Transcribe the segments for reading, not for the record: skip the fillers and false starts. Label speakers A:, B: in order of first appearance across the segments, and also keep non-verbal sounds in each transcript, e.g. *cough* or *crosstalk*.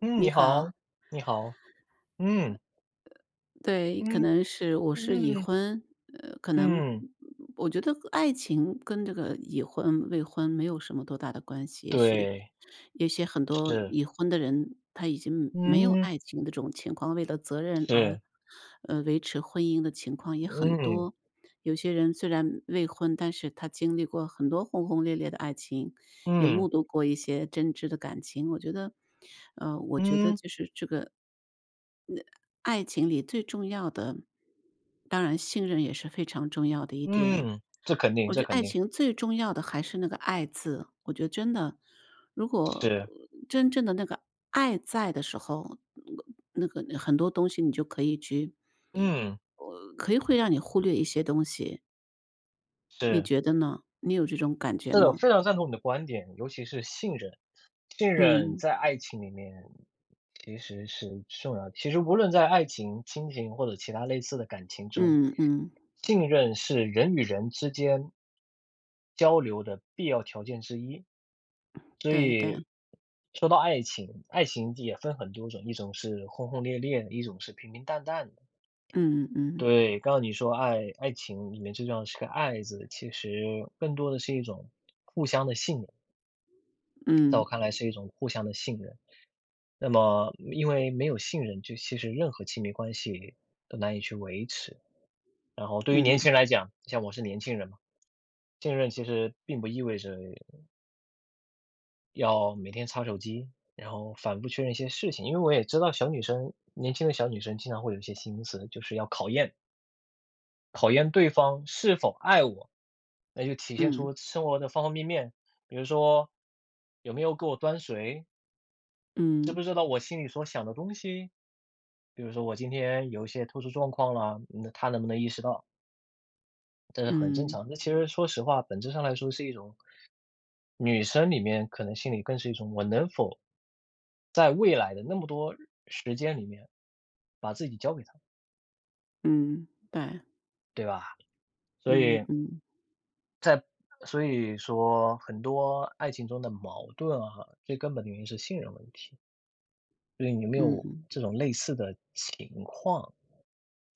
A: 嗯，
B: 你
A: 你
B: 好，
A: 好，你好，嗯，
B: 对，可
A: 嗯，
B: 能是我是已
A: 嗯，
B: 婚，可能
A: 嗯，
B: 我觉得爱情跟这个已婚未婚没有什么多大的关系，也许
A: 对，
B: 有些很多
A: 是，
B: 已婚的人他已经没有
A: 嗯，
B: 爱情的这种情况，为了责任而
A: 是，
B: 维持婚姻的情况也很
A: 嗯，
B: 多。有些人虽然未婚，但是他经历过很多轰轰烈烈的爱情，也目
A: 嗯，
B: 睹过一些真挚的感情。我觉得
A: 嗯，
B: 就是这个爱情里最重要的，当然信任也是非常重要的一点。
A: 嗯，这肯定，
B: 我
A: 这
B: 觉得
A: 肯
B: 爱
A: 定，
B: 情最重要的还是那个"爱"字，我觉得真的，如果
A: 是，
B: 真正的那个爱在的时候，那个很多东西你就可以去，
A: 嗯，
B: 可以会让你忽略一些东西，你
A: 是，
B: 觉得呢？你有这种感觉
A: 是的，
B: 吗？
A: 非常赞同你的观点，尤其是信任，信任
B: 嗯
A: 在爱情里面其实是重要的，其实无论在爱情、亲情或者其他类似的感情中，
B: 嗯嗯，
A: 信任是人与人之间交流的必要条件之一。所
B: 对对，
A: 以说到爱情，爱情也分很多种，一种是轰轰烈烈的，一种是平平淡淡的。
B: 嗯嗯
A: 对，刚刚你说爱情里面最重要的是个“爱”字，其实更多的是一种互相的信任，在我
B: 嗯
A: 看来是一种互相的信任。那么因为没有信任，就其实任何亲密关系都难以去维持。然后对于年
B: 嗯
A: 轻人来讲，像我是年轻人嘛，信任其实并不意味着要每天擦手机，然后反复确认一些事情。因为我也知道小女生年轻的小女生经常会有一些心思，就是要考验考验对方是否爱我，那就体现
B: 嗯
A: 出生活的方方面面，比如说有没有给我端水，知
B: 嗯
A: 不知道我心里所想的东西，比如说我今天有一些特殊状况了，那她能不能意识到，这是很正
B: 嗯
A: 常。这其实说实话，本质上来说是一种女生里面可能心里更是一种我能否在未来的那么多时间里面，把自己交给他，
B: 嗯，对。
A: 对吧？所
B: 嗯
A: 以
B: 嗯
A: 说很多爱情中的矛盾啊，最根本的原因是信任问题。所以你有没有
B: 嗯，
A: 这种类似的情况，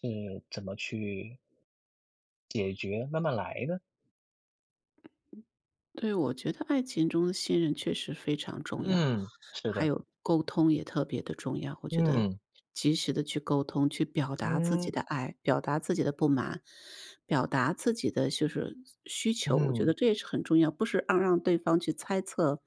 A: 是怎么去解决，慢慢来的？
B: 对，我觉得爱情中的信任确实非常重要，
A: 嗯，是
B: 还
A: 的，
B: 有沟通也特别的重要。我觉得
A: 嗯，
B: 及时的去沟通，去表达自己
A: 嗯，
B: 的爱，表达自己的不满，表达自己的就是需求，我觉得
A: 嗯，
B: 这也是很重要，不是让对方去猜测。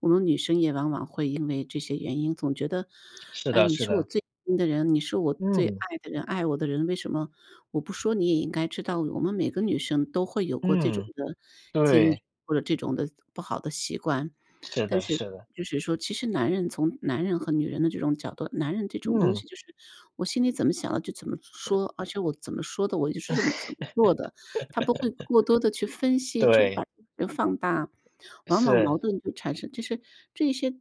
B: 我们女生也往往会因为这些原因，总觉得，
A: 是
B: 哎、
A: 的
B: 你
A: 是
B: 是我
A: 的，
B: 最亲的人，你是我最
A: 嗯，
B: 爱的人，爱我的人，为什么我不说你也应该知道，我们每个女生都会有过这种
A: 嗯，
B: 的经
A: 对，
B: 历，或者这种的不好的习惯。
A: 是
B: 但
A: 的
B: 是
A: 是的，
B: 就是说，其实男人从男人和女人的这种角度，男人这种东
A: 嗯，
B: 西就是我心里怎么想的就怎么说，而且我怎么说的我就是这么怎么做的，他不会过多的去分析，就把
A: 对，
B: 人放大，往往矛
A: 是，
B: 盾就产生就是这一些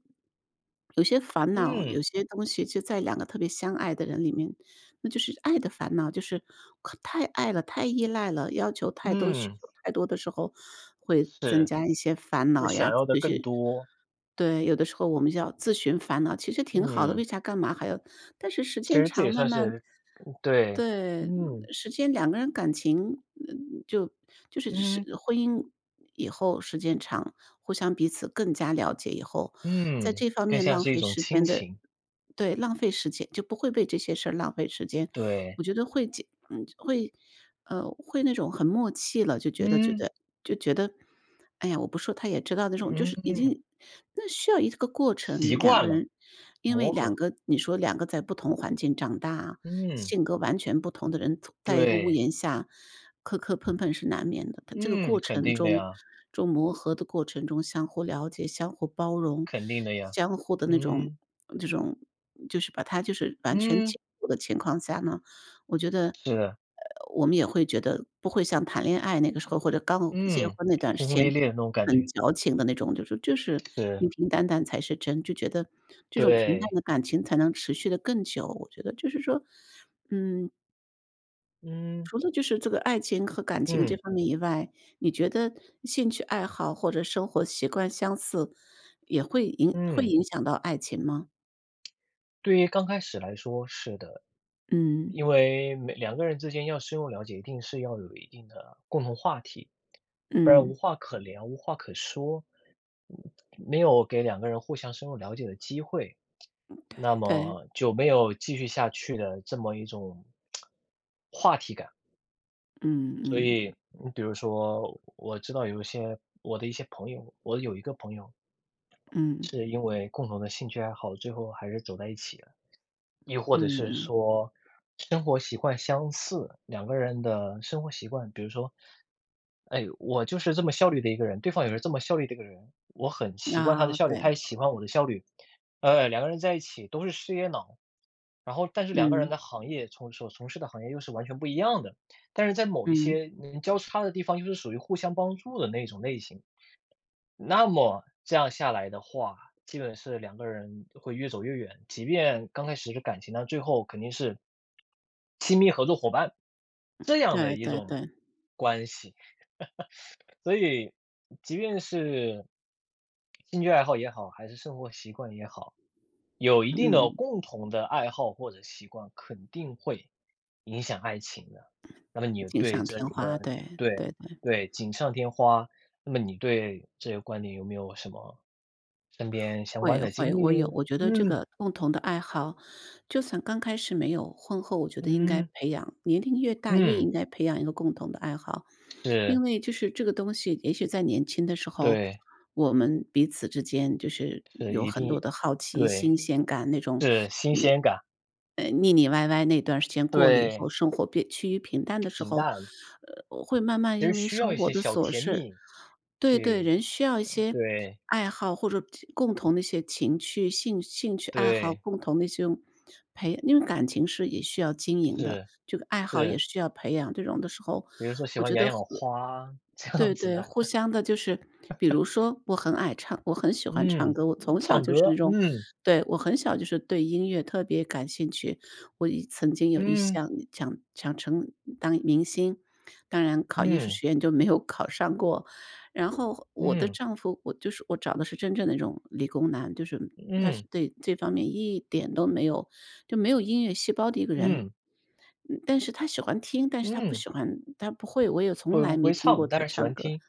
B: 有些烦恼，
A: 嗯。
B: 有些东西就在两个特别相爱的人里面，那就是爱的烦恼，就是可太爱了，太依赖了，要求太多，需
A: 嗯，
B: 求太多的时候，会增
A: 是，
B: 加一些烦
A: 就
B: 恼
A: 想
B: 呀，
A: 要的
B: 有
A: 更
B: 些。
A: 多。
B: 对，有的时候我们要自寻烦恼，其实挺好的，为
A: 嗯，
B: 啥干嘛还要，但是时
A: 其
B: 间
A: 实这
B: 长
A: 也
B: 慢
A: 算
B: 慢。
A: 是对，
B: 对，
A: 嗯，
B: 时间两个人感情，就就是
A: 嗯，
B: 是婚姻以后时间长，互相彼此更加了解以后，在
A: 嗯，
B: 这方
A: 更
B: 面
A: 像
B: 浪
A: 是一
B: 费
A: 种
B: 时
A: 亲
B: 间的。
A: 情。
B: 对，浪费时间，就不会被这些事儿浪费时间。我
A: 对，
B: 觉得会解，会会那种很默契了，就觉得觉
A: 嗯，
B: 得就觉得哎呀，我不说他也知道那种，就是已
A: 嗯，
B: 经，那需要一个过程，你
A: 习
B: 两个
A: 惯了，
B: 人，因为
A: 磨
B: 两
A: 合。
B: 个你说两个在不同环境长大，
A: 嗯，
B: 性格完全不同的人，在一个屋
A: 对，
B: 檐下磕磕碰碰是难免的。他这个
A: 嗯，
B: 过
A: 肯
B: 程
A: 定的
B: 中，
A: 呀，
B: 中磨合的过程中，相互了解、相互包容、
A: 肯定的呀。
B: 相互的那种
A: 嗯，
B: 这种，就是把它就是完全
A: 嗯，
B: 接受的情况下呢，我觉得，
A: 是的，
B: 我们也会觉得不会像谈恋爱那个时候，或者刚结
A: 嗯，
B: 婚那段时
A: 轰轰烈
B: 间，
A: 烈的那种感
B: 很
A: 觉。
B: 矫情的那种，就是
A: 是，
B: 平平淡淡才是真，就觉得这种平淡
A: 对，
B: 的感情才能持续的更久。我觉得就是说，嗯，
A: 嗯，
B: 除了就是这个爱情和感情这
A: 嗯，
B: 方面以外，你觉得兴趣爱好或者生活习惯相似，也会影会
A: 嗯，
B: 影响到爱情吗？
A: 对于刚开始来说，是的。
B: 嗯，
A: 因为每两个人之间要深入了解，一定是要有一定的共同话题，不然
B: 嗯，
A: 无话可聊、无话可说，嗯没有给两个人互相深入了解的机会，那
B: 对，
A: 么就没有继续下去的这么一种话题感。
B: 嗯
A: 所
B: 嗯
A: 以，你比如说，我知道有一些我的一些朋友，我有一个朋友
B: 嗯
A: 是因为共同的兴趣爱好，最后还是走在一起了。亦或者是
B: 嗯
A: 说生活习惯相似，两个人的生活习惯，比如说，哎，我就是这么效率的一个人，对方也是这么效率的一个人，我很
B: 嗯，
A: 习惯他的
B: 啊，
A: 效率，他
B: 对。
A: 也喜欢我的效率，两个人在一起都是事业脑，然后但是两个人
B: 嗯，
A: 的行业所从事的行业又是完全不一样的，但是在某一
B: 嗯，
A: 些能交叉的地方又是属于互相帮助的那种类型。那么这样下来的话，基本是两个人会越走越远，即便刚开始是感情，那最后肯定是亲密合作伙伴这样的
B: 对
A: 一
B: 对
A: 种
B: 对，
A: 关系。所以即便是兴趣爱好也好，还是生活习惯也好，有一定的
B: 嗯，
A: 共同的爱好或者习惯，肯定会影响爱情的。那么你
B: 锦
A: 对
B: 上
A: 这
B: 添
A: 一
B: 花，
A: 个
B: 对，
A: 对
B: 对对，
A: 对，锦上添花，那么你对这个观点有没有什么身边相关
B: 会
A: 的
B: 会，
A: 经历，
B: 我觉得这
A: 嗯，
B: 个共同的爱好，就算刚开始没有，婚后我觉得应该
A: 嗯，
B: 培养，年龄越大越
A: 嗯，
B: 应该培养一个共同的爱好。因
A: 是，
B: 为就是这个东西，也许在年轻的时候，
A: 对，
B: 我们彼此之间就是
A: 是
B: 有
A: 一
B: 很多
A: 定
B: 的好奇、
A: 对，
B: 新鲜感那种，
A: 是新鲜感，
B: 腻腻歪歪那段时间过了以后，
A: 对，
B: 生活变趋于平淡的时
A: 平
B: 候，
A: 淡，
B: 会慢慢
A: 其
B: 因
A: 实
B: 为
A: 需要
B: 生
A: 一
B: 活
A: 些
B: 的
A: 小
B: 琐
A: 甜
B: 事。
A: 蜜
B: 对对，
A: 去
B: 人需要一些
A: 对，
B: 爱好或者共同的一些情趣、兴趣爱好，
A: 对，
B: 共同的这种因为感情是也需要经营的，
A: 是，
B: 这个爱好也
A: 是，
B: 是需要培养。这种的时候，
A: 比如说喜
B: 我
A: 欢
B: 觉
A: 养
B: 得会。
A: 养花 *laughs* 这样
B: 对
A: 子
B: 对，
A: 的，
B: 互相的就是比如说我很喜欢唱
A: 嗯，
B: 歌，我从小
A: 唱
B: 就是那
A: 歌，
B: 种。
A: 嗯，
B: 对，我很小就是对音乐特别感兴趣。曾经有一
A: 嗯，
B: 项想想成当明星，当然考艺术
A: 嗯，
B: 学院就没有考上过。然后我的
A: 嗯，
B: 丈夫，我找的是真正的那种理工男，就是他是
A: 嗯，
B: 对这方面一点都没有，就没有音乐细胞的一个人。
A: 嗯，
B: 嗯，但是他喜欢听，但是他不
A: 嗯，
B: 喜欢他不会，我也从
A: 不
B: 来
A: 不
B: 没
A: 会
B: 听过
A: 唱，但
B: 他
A: 是喜
B: 唱
A: 欢
B: 歌。
A: 听，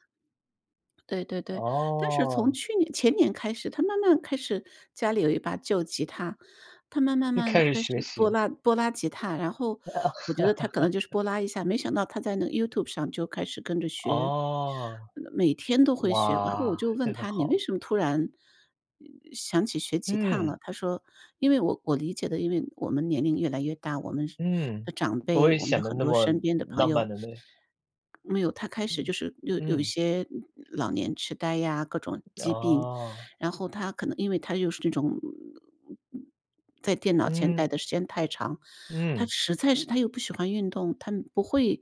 B: 对对对，但是从
A: 哦，
B: 去年前年开始，他慢慢开始，家里有一把旧吉他，他慢慢
A: 又
B: 慢
A: 开始
B: 开
A: 学
B: 始
A: 习
B: 拨
A: 了。
B: 拉拨拉吉他，然后我觉得他可能就是拨拉一下，没想到他在那个 YouTube 上就开始跟着学，
A: 哦，
B: 每天都会学。然后我
A: 哇，
B: 就
A: 这
B: 问
A: 很
B: 他："你为
A: 好。
B: 什么突然嗯想起学吉他
A: 嗯，
B: 了？"他说："因为我理解的，因为我们年龄越来越大，我们是
A: 嗯，
B: 的长
A: 不
B: 辈，
A: 会
B: 我们的
A: 显得
B: 很
A: 那
B: 多
A: 么
B: 身边的朋
A: 浪漫
B: 友，
A: 的那
B: 没有，他开始就
A: 嗯，
B: 是有一
A: 嗯，
B: 些老年痴呆呀，各种疾病，
A: 哦，
B: 然后他可能因为他又是那种在电脑前
A: 嗯，
B: 待的时间太长，他
A: 嗯，
B: 实在是他又不喜欢运动，他不会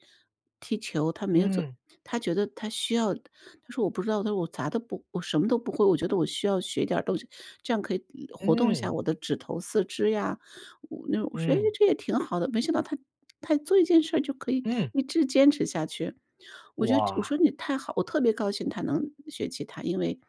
B: 踢球，他没有做，
A: 嗯，
B: 他觉得他需要他说："我不知道，他说我什么都不会，我觉得我需要学点儿东西，这样可以活动一下
A: 嗯，
B: 我的指头、四肢呀。"我那种我说："诶，
A: 嗯，
B: 这也挺好的。"没想到他做一件事儿就可以
A: 嗯，
B: 一直坚持下去。我觉得我
A: 哇，
B: 说："你太好！"我特别高兴他能学吉他，因为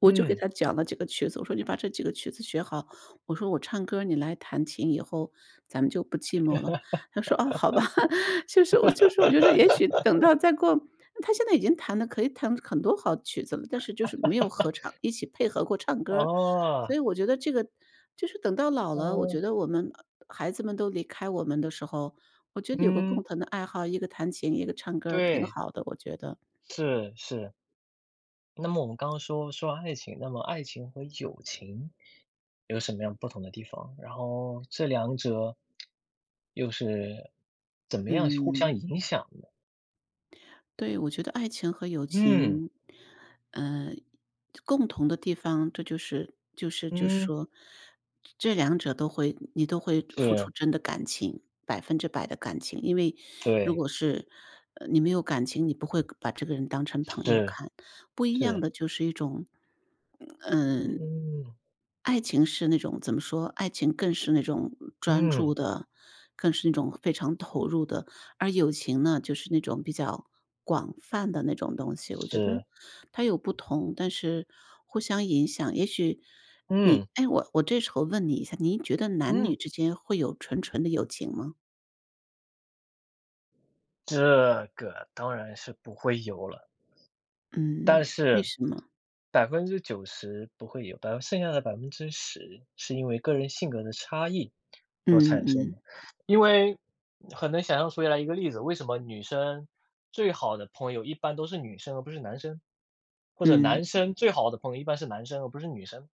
B: 我就给
A: 嗯，
B: 他讲了几个曲子，我说你把这几个曲子学好，我说我唱歌，你来弹琴，以后咱们就不寂寞了。他说啊，好吧，*laughs* 就是我就是我觉得也许等到再过，他现在已经弹的可以弹很多好曲子了，但是就是没有合唱一起配合过唱歌儿，所
A: 哦，
B: 以我觉得这个就是等到老了，我觉
A: 嗯，
B: 得我们孩子们都离开我们的时候，我觉得有个共
A: 嗯，
B: 同的爱好，一个弹琴，一个唱歌儿挺
A: 对，
B: 好的，我觉得，
A: 是，是。那么我们刚刚说说爱情，那么爱情和友情有什么样不同的地方？然后这两者又是怎么样互相
B: 嗯。
A: 影响呢？
B: 对，我觉得爱情和友
A: 嗯，
B: 情，呃，共同的地方，这就是
A: 嗯，
B: 说，这两者都会你都会付出
A: 是，
B: 真的感情100%的感情。因为如
A: 对，
B: 果是，你没有感情，你不会把这个人当成朋友
A: 是，
B: 看。不一样
A: 是，
B: 的就是一种，嗯，
A: 嗯，
B: 爱情是那种怎么说？爱情更是那种专注
A: 嗯，
B: 的，更是那种非常投入的，而友情呢，就是那种比较广泛的那种东西。我觉得
A: 是，
B: 它有不同，但是互相影响。也许你，
A: 嗯，
B: 哎，我这时候问你一下，你觉得男女
A: 嗯，
B: 之间会有纯纯的友情吗？
A: 这个当然是不会有了，但
B: 嗯，为
A: 是
B: 什么？
A: 百分之九十不会有，百分剩下的百分之十是因为个人性格的差异所
B: 嗯
A: 产生
B: 嗯
A: 的。因为很能想象出来一个例子，为什么女生最好的朋友一般都是女生而不是男生，或者男
B: 嗯
A: 生最好的朋友一般是男生而不是女生。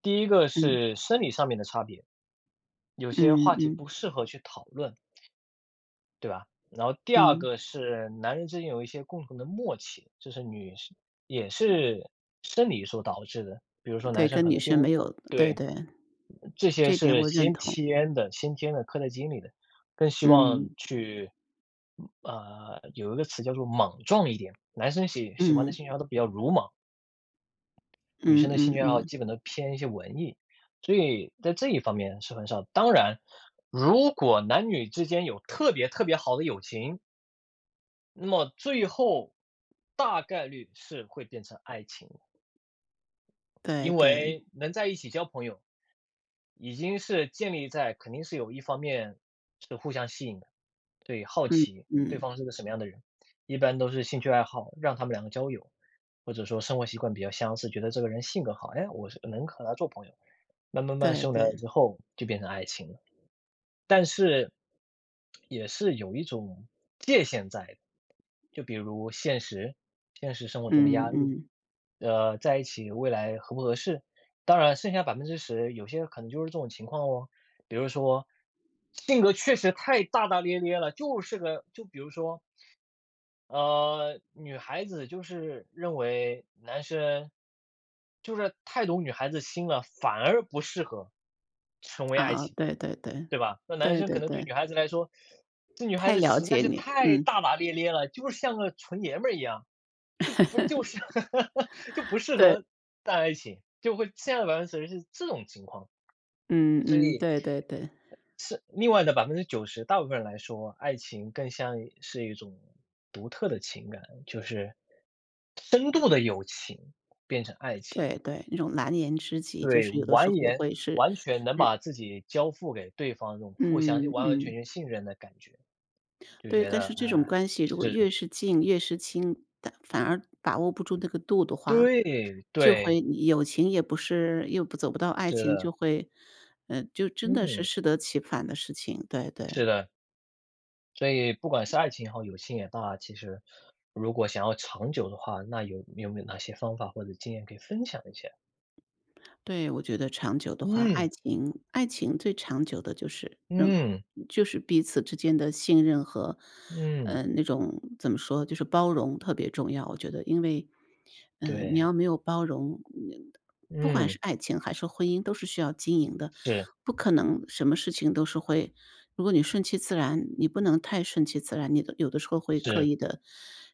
A: 第一个
B: 嗯
A: 是生理上面的差别，有些
B: 嗯嗯
A: 话题
B: 嗯，
A: 不适合去讨论，对吧？然后第二
B: 嗯
A: 个是男人之间有一些共同的默契，这是女生也是生理所导致的，比如说男
B: 对，
A: 生
B: 跟
A: 可
B: 女
A: 能
B: 生
A: 变
B: 没有，对
A: 对，
B: 对，
A: 这些
B: 这点
A: 是
B: 我认
A: 先
B: 同。
A: 天的先天的刻在基因里的，更希
B: 嗯
A: 望去，有一个词叫做莽撞一点，男生喜欢的
B: 嗯。
A: 兴趣爱好都比较鲁莽。女
B: 嗯
A: 生的
B: 嗯
A: 兴趣爱好
B: 嗯，
A: 基本都偏一些文艺，所以在这一方面是很少。当然，如果男女之间有特别特别好的友情，那么最后大概率是会变成爱情的
B: 对
A: 因
B: 对，
A: 为能在一起交朋友，已经是建立在肯定是有一方面是互相吸引的，对，好
B: 嗯
A: 奇对
B: 嗯，
A: 方是个什么样的人，一般都是兴趣爱好让他们两个交友，或者说生活习惯比较相似，觉得这个人性格好，哎，我是能和他做朋友。慢慢
B: 对
A: 深入
B: 对，
A: 了之后，就变成爱情了。但是，也是有一种界限在的，就比如现实，现实生活中的
B: 嗯
A: 压力，
B: 嗯，
A: 在一起未来合不合适？当然，剩下百分之十有些可能就是这种情况哦。比如说，性格确实太大大咧咧了，就是个就比如说女孩子就是认为男生就是太懂女孩子心了，反而不适合成为爱
B: 啊，
A: 情，
B: 对对对，
A: 对吧？那男
B: 对
A: 生可
B: 对
A: 能对
B: 对，
A: 女孩子来说，这女孩
B: 太
A: 子
B: 了
A: 实在
B: 解
A: 是
B: 你，
A: 太
B: 嗯，
A: 大大咧咧了，就是像个纯爷们儿一样，就不就是
B: *laughs*
A: *laughs* 就不适
B: 对，
A: 合干爱情，就会现在的百分之四十是这种情况。
B: 嗯嗯，对对对，
A: 是另外的百分之九十，大部分人来说，爱情更像是一种独特的情感，就是深度的友情变成爱情。
B: 对对，那种蓝颜知己就
A: 对，
B: 是有的时
A: 完
B: 候
A: 颜
B: 会是，
A: 完全能
B: 是
A: 把自己交付给对方，这种互相
B: 嗯
A: 完完全
B: 嗯。
A: 全信任的感觉，就
B: 对，
A: 觉
B: 但
A: 得，
B: 是这种
A: 啊，
B: 关系如果
A: 是
B: 越是近越是亲，但反而把握不住那个度的话，
A: 对，
B: 就
A: 对，
B: 会友情也不是又不走不到爱
A: 是
B: 情，
A: 的，
B: 就会，就真的是
A: 嗯，
B: 适得其反的事情，对对。
A: 是的。所以不管是爱情也好，友情也罢，其实如果想要长久的话，那有没有哪些方法或者经验可以分享一下？
B: 对，我觉得长久的话，爱
A: 嗯。
B: 情爱情最长久的就是
A: 嗯，
B: 彼此之间的信任和，
A: 嗯，
B: 那种怎么说，就是包容特别重要，我觉得。因为，你
A: 对，
B: 要没有包容，不管是
A: 嗯，
B: 爱情还是婚姻，都是需要经营的，
A: 是，
B: 不可能什么事情都是会，如果你顺其自然，你不能太顺其自然，你的有的时候会刻
A: 是，
B: 意的。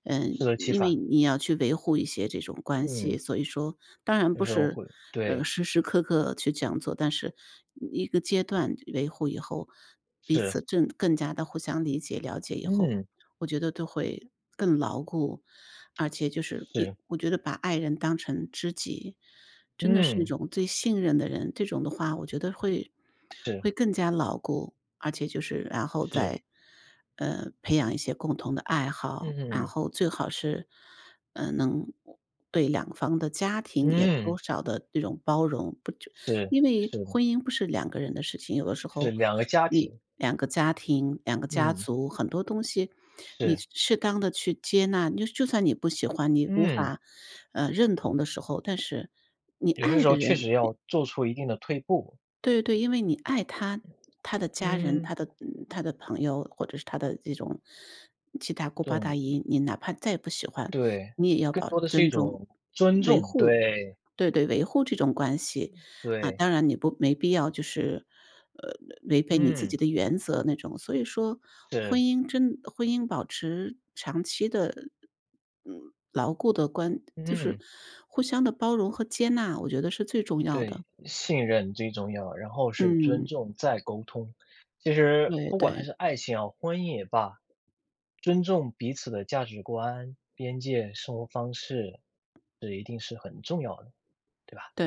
A: 适得其
B: 因为
A: 反，
B: 你要去维护一些这种关系，
A: 嗯，
B: 所以说当然
A: 有
B: 不
A: 时候
B: 是，
A: 会对，
B: 时时刻刻去这样做，但是一个阶段维护以后，彼
A: 是，
B: 此正更加的互相理解、了解以后，
A: 嗯，
B: 我觉得都会更牢固。而且就是
A: 是，
B: 我觉得把爱人当成知己，真的是那
A: 嗯，
B: 种最信任的人，这种的话我觉得会
A: 是，
B: 会更加牢固。而且就是然后
A: 是，
B: 再，培养一些共同的爱好，然
A: 嗯，
B: 后最好是，能对两方的家庭也
A: 嗯，
B: 多少的这种包容，不就
A: 是，
B: 因为
A: 是
B: 婚
A: 的，
B: 姻不是两个人的事情，有的时
A: 是
B: 候
A: 两个家
B: 你
A: 庭，
B: 两个家庭、两个家
A: 嗯，
B: 族很多东西，你
A: 是，
B: 适当的去接纳，就算你不喜欢，你无
A: 嗯，
B: 法，认同的时候，但是你
A: 有些
B: 爱
A: 时
B: 的
A: 候确
B: 人。
A: 实要做出一定的退步，
B: 对对对，因为你爱他，他的家人、
A: 嗯，
B: 他的朋友，或者是他的这种七大姑
A: 这
B: 八大
A: 种
B: 姨，你哪怕再不喜欢，
A: 对，
B: 你也要
A: 更多的是一
B: 尊重、
A: 种尊
B: 维
A: 重，
B: 护，
A: 对，
B: 对对，维护这种关系啊。
A: 对，
B: 当然，你不没必要就是呃违背你自
A: 嗯，
B: 己的原则那种。所以说，
A: 是，
B: 婚姻保持长期的牢固的就是
A: 嗯。
B: 互相的包容和接纳，我觉得是最重要的。
A: 对，信任最重要，然后是尊
B: 嗯，
A: 重，再沟通。其实
B: 对
A: 不管还
B: 对。
A: 是爱情啊、婚姻也罢，尊重彼此的价值观、边界、生活方式，这一定是很重要的，对吧？
B: 对，